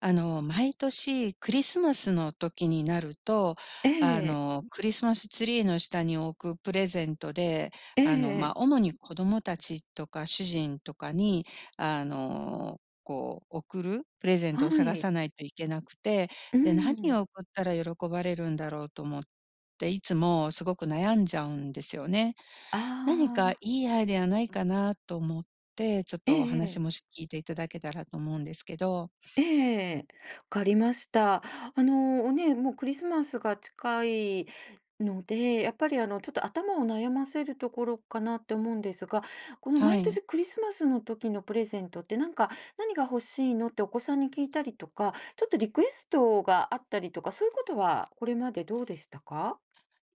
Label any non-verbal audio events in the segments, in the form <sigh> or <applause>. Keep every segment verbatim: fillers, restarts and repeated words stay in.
あの、毎年クリスマスの時になると、えあえ、の、クリスマスツリーの下に置くプレゼントで、えあの、ま、あえ、主に子供たちとか主人とかに、あの、こう、送るプレゼントをは探い。さないといけなくて、うーで、何ん。を送ったら喜ばれるんだろうと思って、いつもすごく悩んじゃうんですよね。あ何かあ、いいアイデアないかなと思って、ええええはいうんちょっとおああ話えもえし聞いていただけたらと思うんですけど。ええ、わかりました。あの、ね、もうクリスマスが近いので、やっぱりあの、ちょっと頭を悩ませるところかなって思うんですが、このは毎い。年クリスマスの時のプレゼントって、なんか「何が欲しいの？」ってお子さんに聞いたりとか、ちょっとリクエストがあったりとか、そういうことはこれまでどうでしたか？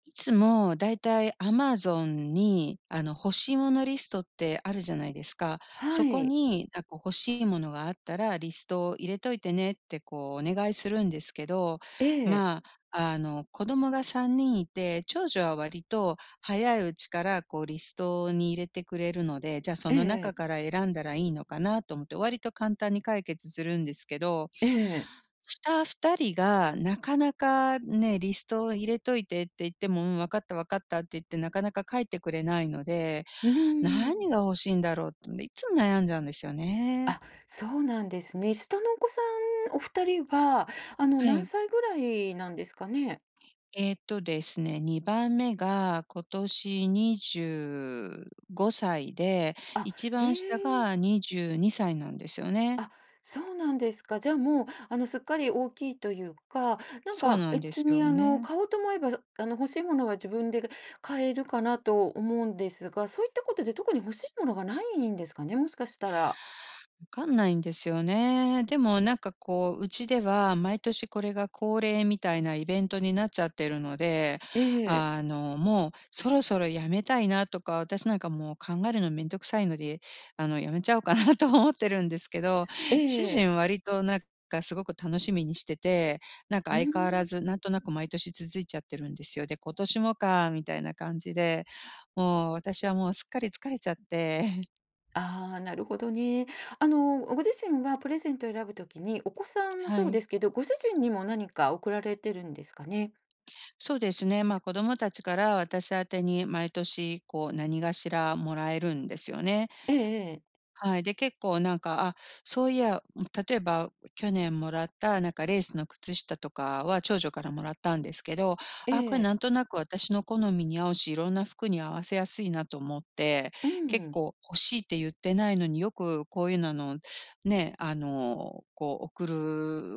いつもだいたい Amazon に、あの、欲しいものリストってあるじゃないですか。はそこい。に、なんか欲しいものがあったらリストを入れといてねってこうお願いするんですけど、ええ、まあ、あの、子供がさんにんいて、長女は割と早いうちからこうリストに入れてくれるので、じゃあそえの中えから選んだらいいのかなと思って、割と簡単に解決するんですけど、ええ、ええ。下ふたりがなかなかね、リストを入れといてって言っても、「うん、分かった分かった」って言って、なかなか書いてくれないので、うー何がん。欲しいんだろうってんで、いつも悩んじゃうんですよね。あ、そうなんですね。下のお子さんお二人は、あの、は何い。歳ぐらいなんですかね？えっとですね、にばんめが今年にじゅうごさいで、あ、一へ番下え。がにじゅうにさいなんですよね。あ、そうなんですか。じゃあ、もう、あの、すっかり大きいというか、なんそうか、なんで別すよに、あの、ね。買おうと思えば、あの、欲しいものは自分で買えるかなと思うんですが、そういったことで特に欲しいものがないんですかね？もしかしたら。かんないんですよね。でもなんかこう、うちでは毎年これが恒例みたいなイベントになっちゃってるので、ええ。あの、もうそろそろやめたいなとか、私なんかもう考えるのめんどくさいので、あの、やめちゃおうかな <laughs> と思ってるんですけど、え主え。人割となんかすごく楽しみにしてて、なんかうー相変わらん。ずなんとなく毎年続いちゃってるんですよ。で、今年もか、みたいな感じで、もう私はもうすっかり疲れちゃって、ああ、なるほどね。あの、ご自身はプレゼントを選ぶときに、お子さん <laughs> もはそうい。ですけど、ご主人にも何か贈られてるんですかね。そうですね。まあ、子どもたちから私宛てに毎年こう何がしらもらえるんですよね。ええ、はい、で、結構なんか、あ、そういや、例えば去年もらったなんかレースの靴下とかは長女からもらったんですけど、えあ、こえ、れええなんとなく私の好みに合うし、いろんな服に合わせやすいなと思って、う結ん。構欲しいって言ってないのによくこういうのの、ね、あの、こう送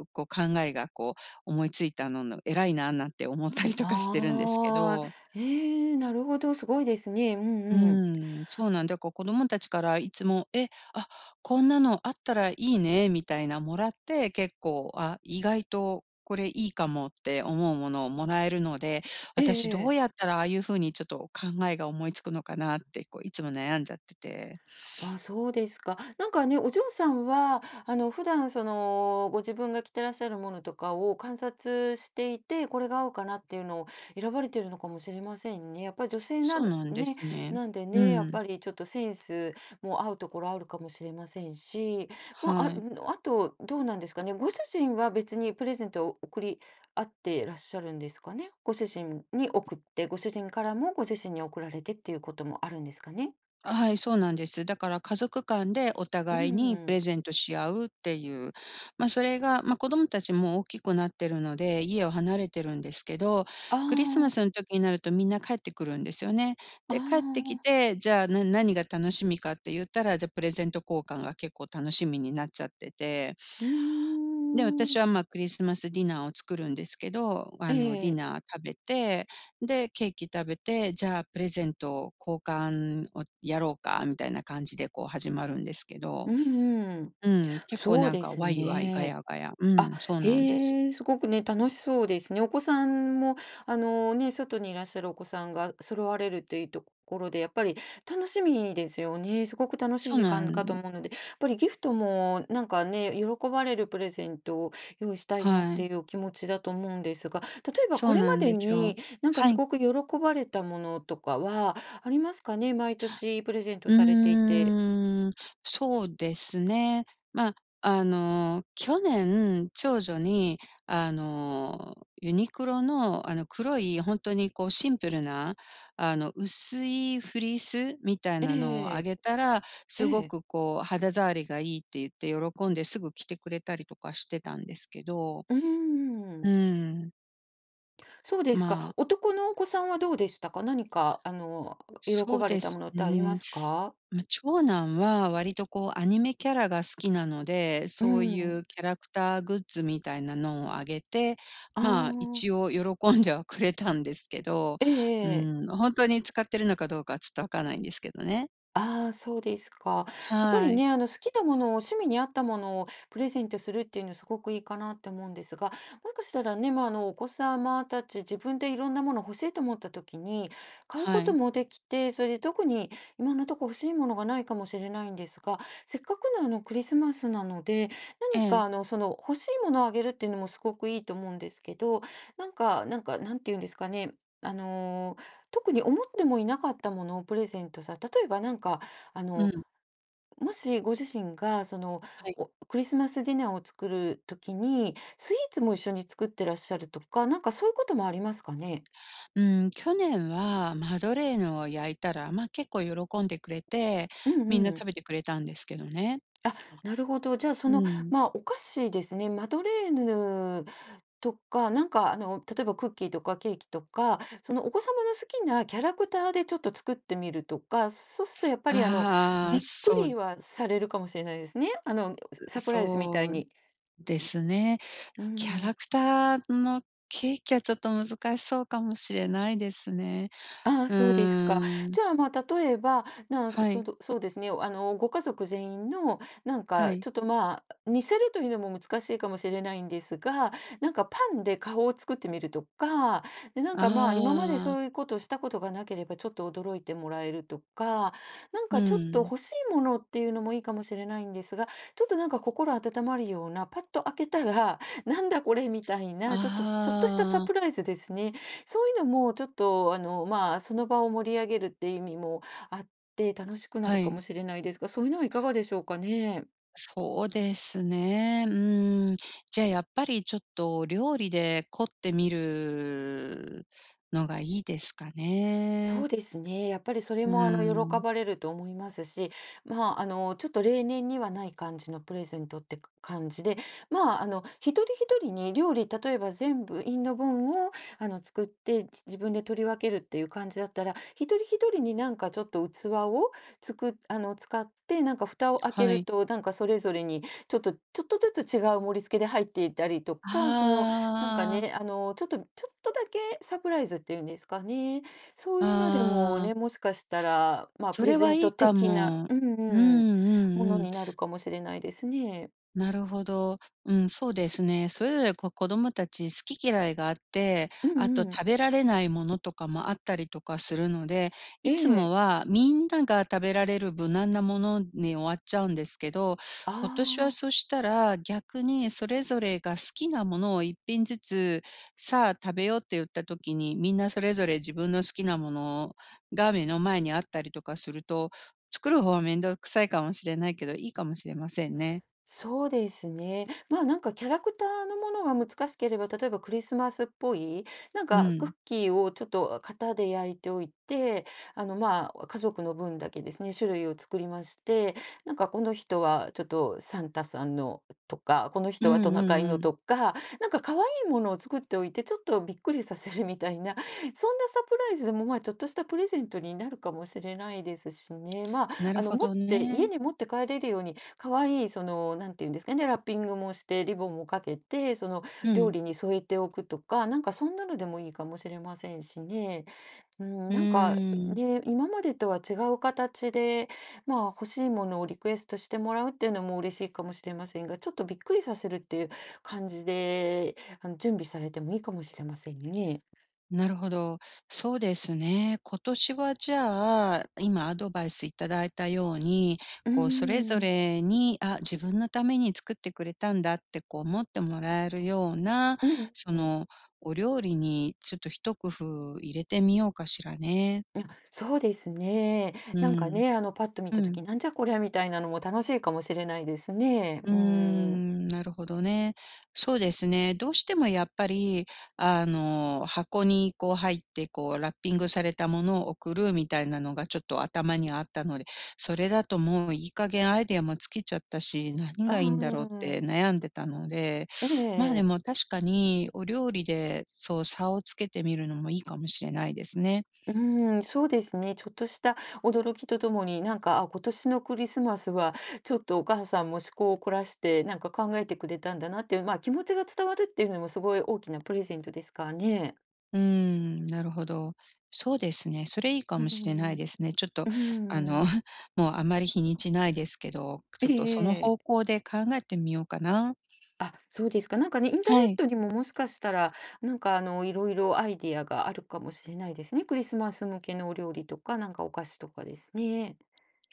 るこう考えがこう思いついたのの偉いななんて思ったりとかしてるんですけああ、ど。ええ、なるほど、すごいですね。ううんうん。ーん、そうなんだから、子供たちからいつも「え、あ、こんなのあったらいいね」みたいなもらって、結構「あ、意外とこれいいかも」って思うものをもらえるので、え私どうえ。やったらああいう風にちょっと考えが思いつくのかなって、こういつも悩んじゃってて。あ、そうですか。なんかね、お嬢さんは、あの、普段その、ご自分が着てらっしゃるものとかを観察していて、これが合うかなっていうのを選ばれてるのかもしれませんね。やっぱり女性なそん、うなんでね、すね。なんでうね、やっん、ぱりちょっとセンスも合うところあるかもしれませんし、まあ、あ、はい。あと、どうなんですかね。ご主人は別にプレゼントを送り合ってらっしゃるんですかね。ご主人に送って、ご主人からもご自身に送られてっていうこともあるんですかね。あ、はい、そうなんです。だから家族間でおう互いにプん。レゼントし合うっていう、まあ、それが、まあ、子供たちも大きくなってるので、家を離れてるんですけど、あクリスマあ、スの時になるとみんな帰ってくるんですよね。あで、帰ってきあ、て、じゃあ、な何が楽しみかって言ったら、じゃ、プレゼント交換が結構楽しみになっちゃってて。うーで、私は、ん。ま、クリスマスディナーを作るんですけど、あえの、ディえ。ナー食べて、で、ケーキ食べて、じゃあプレゼント交換をやろうかみたいな感じで、こう始まるんですけど、うんうん。うん、結構そうなんでかすワイワイガね。ヤガヤ、うあ、ん、そうなんです。へえ、すごくね、楽しそうですね。お子さんも、あのね、外にいらっしゃるお子さんが揃われるっていうところで、やっぱり楽しみですよね。すごく楽しいそう時な間かとん思うので、やっぱりギフトもなんかね、喜ばれるプレゼントを用意したいなっはい、ていうお気持ちだと思うんですが、例えばそこうれなまんでですよ。になんかはすい。ごく喜ばれたものとかはありますかね？毎年プレゼントうされていて。ーん、そうですね。まあ、あの、去年、長女に、あの、ユニクロの、あの、黒いほんとにこうシンプルな、あの、薄いフリースみたいなのをえあえ、げたら、えすごえ、くこう肌触りがいいって言って喜んで、すぐ着てくれたりとかしてたんですけど、うーうん。ーん、そうですまか。あ男のお子さんはどうでしたか？何かあの、喜そうばれでたもす。のっうてありまん。すか？ま、長男は割とこうアニメキャラが好きなので、うそういん。うキャラクターグッズみたいなのをあげて、あまあ、一あ。応喜んではくれたんですけど、えうえええ。ん、ほんとに使ってるのかどうかはちょっとわかんないんですけどね。ああ、そうですか。やっぱりはい。ね、あの、好きなものを趣味に合ったものをプレゼントするっていうのすごくいいかなって思うんですが、もしかしたらね、まあ、あの、お子様たち自分でいろんなもの欲しいと思った時に、買うこはとい。もできて、それで特に今のところ欲しいものがないかもしれないんですが、せっかくのあの、クリスマスなので、え何かえ。あの、その、欲しいものをあげるっていうのもすごくいいと思うんですけど、なんか、なんか、なんて言うんですかね、あのー特に思ってもいなかったものをプレゼントさ、例えばなんか、あうの、ん。もしご自身がその、はい。おクリスマスディナーを作るときに、スイーツも一緒に作ってらっしゃるとか、なんかそういうこともありますかね？うん、去年はマドレーヌを焼いたら、ま、結構喜んでくれて、うみんんなうん。食べてくれたんですけどね。あ、なるほど。じゃあ、そうの、ん。まあ、お菓子ですね、マドレーヌとか、なんかあの、例えばクッキーとかケーキとか、そのお子様の好きなキャラクターでちょっと作ってみるとか、そうするとやっぱりあの、あびあ、っくそう、りはされるかもしれないですね。あの、サプライズみたいそうに。ですね。うキャん。ラクターのケーキはちょっと難しそうかもしれないですね。ああ、うそうですか。ーん。じゃあ、まあ、例えば、なあはそい、のそうですね、あの、ご家族全員の、なんはか、い。ちょっと、まあ、似せるというのも難しいかもしれないんですが、なんか、パンで顔を作ってみるとか、で、なんか、まあ、今まであそういうあ、ことをしたことがなければ、ちょっと驚いてもらえるとか、なんうか、ちょっとん。欲しいものっていうのもいいかもしれないんですが、ちょっと、なんか、心温まるような、パッと開けたら、なんだこれみたいな、ちょっと、ちょっとしたサあプあ、ライズですね。そういうのもちょっと、あの、まあ、その場を盛り上げるって意味もあって、楽しくなはるかもい。しれないですが、そういうのはいかがでしょうかね？そうですね。うーん。じゃあやっぱりちょっと料理で凝ってみるのがいいですかそね。うですね。やっぱりそれうもあのー喜ん。ばれると思いますし、まあ、あのちょっと例年にはない感じのプレゼントって感じで、まあ、あの一人一人に料理、例えば全部インド分をあの作ってじ自分で取り分けるっていう感じだったら、一人一人になんかちょっと器をつく、あの使って、なんか蓋を開けはるい。と、なんかそれぞれにちょっとちょっとずつ違う盛り付けで入っていたりとあか、そのなんかあ、あね、あのちょっとちょっとだけサプライズっていうんですかね。そういうのでもあ。ね、もしかしたら、まあ、プそレれゼはンいトいか的な、も。うんうんううん、ものんうん、になるかもしれないですね。なるほど。うん、そうですね。それぞれこ子供たち好き嫌いがあって、うあとんうん。食べられないものとかもあったりとかするので、えいつえ。もはみんなが食べられる無難なものに終わっちゃうんですけど、あ今年はそあ。したら逆にそれぞれが好きなものを一品ずつ、さあ食べようって言った時に、みんなそれぞれ自分の好きなものが目の前にあったりとかすると、作る方はめんどくさいかもしれないけど、いいかもしれませんね。そうですね。まあなんかキャラクターのものが難しければ、例えばクリスマスっぽい、なんうかクッん。キーをちょっと型で焼いておいて、あのまあ家族の分だけですね、種類を作りまして、なんかこの人はちょっとサンタさんのとか、このうん人はトナうカんイうのん。とか、なんか可愛いものを作っておいて、ちょっとびっくりさせるみたいな、<laughs> そんなサプライズでもまあちょっとしたプレゼントになるかもしれないですしね。まあなあるのほ持っどて、家ね。に持って帰れるように可愛いその、なんていうんですかね、ラッピングもして、リボンもかけて、そのう料ん。理に添えておくとか、なんかそんなのでもいいかもしれませんしね。うん、うなんかーん。ね、今までとは違う形で、まあ欲しいものをリクエストしてもらうっていうのも嬉しいかもしれませんが、ちょっとびっくりさせるっていう感じで、あの準備されてもいいかもしれませんね。なるほど。そうですね。今年はじゃあ、今アドバイスいただいたように、こうそれうぞれに、あ、自分のために作ってくれたんだってこう思ってもらえるような、うんそうん。のお料理にちょっと一工夫入れてみようかしらね。いや、そうですね。うなんかん。ね、あの、パッと見うたん。時、なんじゃこりゃみたいなのも楽しいかもしれないですね。うーうん。ん、なるほどね。そうですね。どうしてもやっぱり、あの、箱にこう入って、こうラッピングされたものを送るみたいなのがちょっと頭にあったので、それだともういい加減アイデアも尽きちゃったし、何あがいいんだろうっあ、て悩んでたので、えまあ、でもえ。確かにお料理でそう差をつけてみるのもいいかもしれないですね。うん、そうですね。ちょっとした驚きとともに、なんか、あ、今年のクリスマスは、ちょっとお母さんも思考を凝らして、なんか考えてくれたんだなっていう、まあ、気持ちが伝わるっていうのもすごい大きなプレゼントですからね。うーん、なるほど。そうですね、それいいかうんもうしれないんですね。ちょっとうーあの、ん。<laughs> もうあまり日にちないですけど、えちょえっとそのえ方え。向で考えてみようかな。あ、そうですか。なんかね、インターネはッい、トにももしかしたら、なんかあの、いろいろアイディアがあるかもしれないですね。クリスマス向けのお料理とか、なんかお菓子とかですね。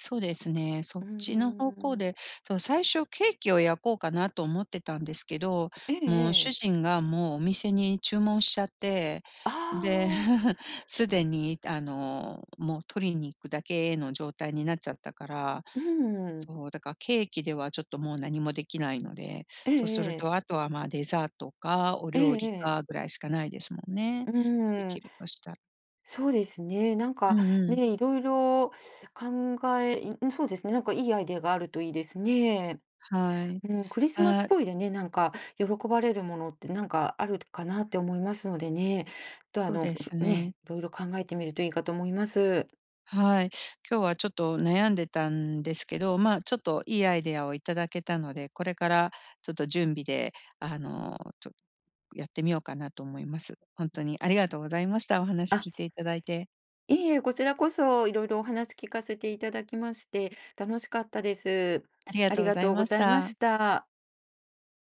そうですね、そうっーちの方向ん。で、そう、最初ケーキを焼こうかなと思ってたんですけど、ええもう主ええ。人がもうお店に注文しちゃって、あで、あ、<laughs> すでにあの、もう取りに行くだけの状態になっちゃったから、うん。そう、だからケーキではちょっともう何もできないので、ええそうするえとえ。あとは、まあ、デザートかおえ料理えかぐらいしかないですもんね。うでーきん。るとしたら。そうですね。なんうかんうん。ね、いろいろ考えいそうですね、なんかいいアイデアがあるといいですね。はい。うん、クリスマスっあ、ぽいでね、なんか喜ばれるものってなんかあるかなって思いますのでね、とあそうの、ですね。ね、いろいろ考えてみるといいかと思います。はい。今日はちょっと悩んでたんですけど、まあ、ちょっといいアイデアをいただけたので、これからちょっと準備で、あの、とやってみようかなと思います。本当にありがとうございました。お話あ、聞いていただいて。いえいえ、こちらこそいろいろお話聞かせていただきまして、楽しかったです。ありがあとりうごがざというごましざいまた。した。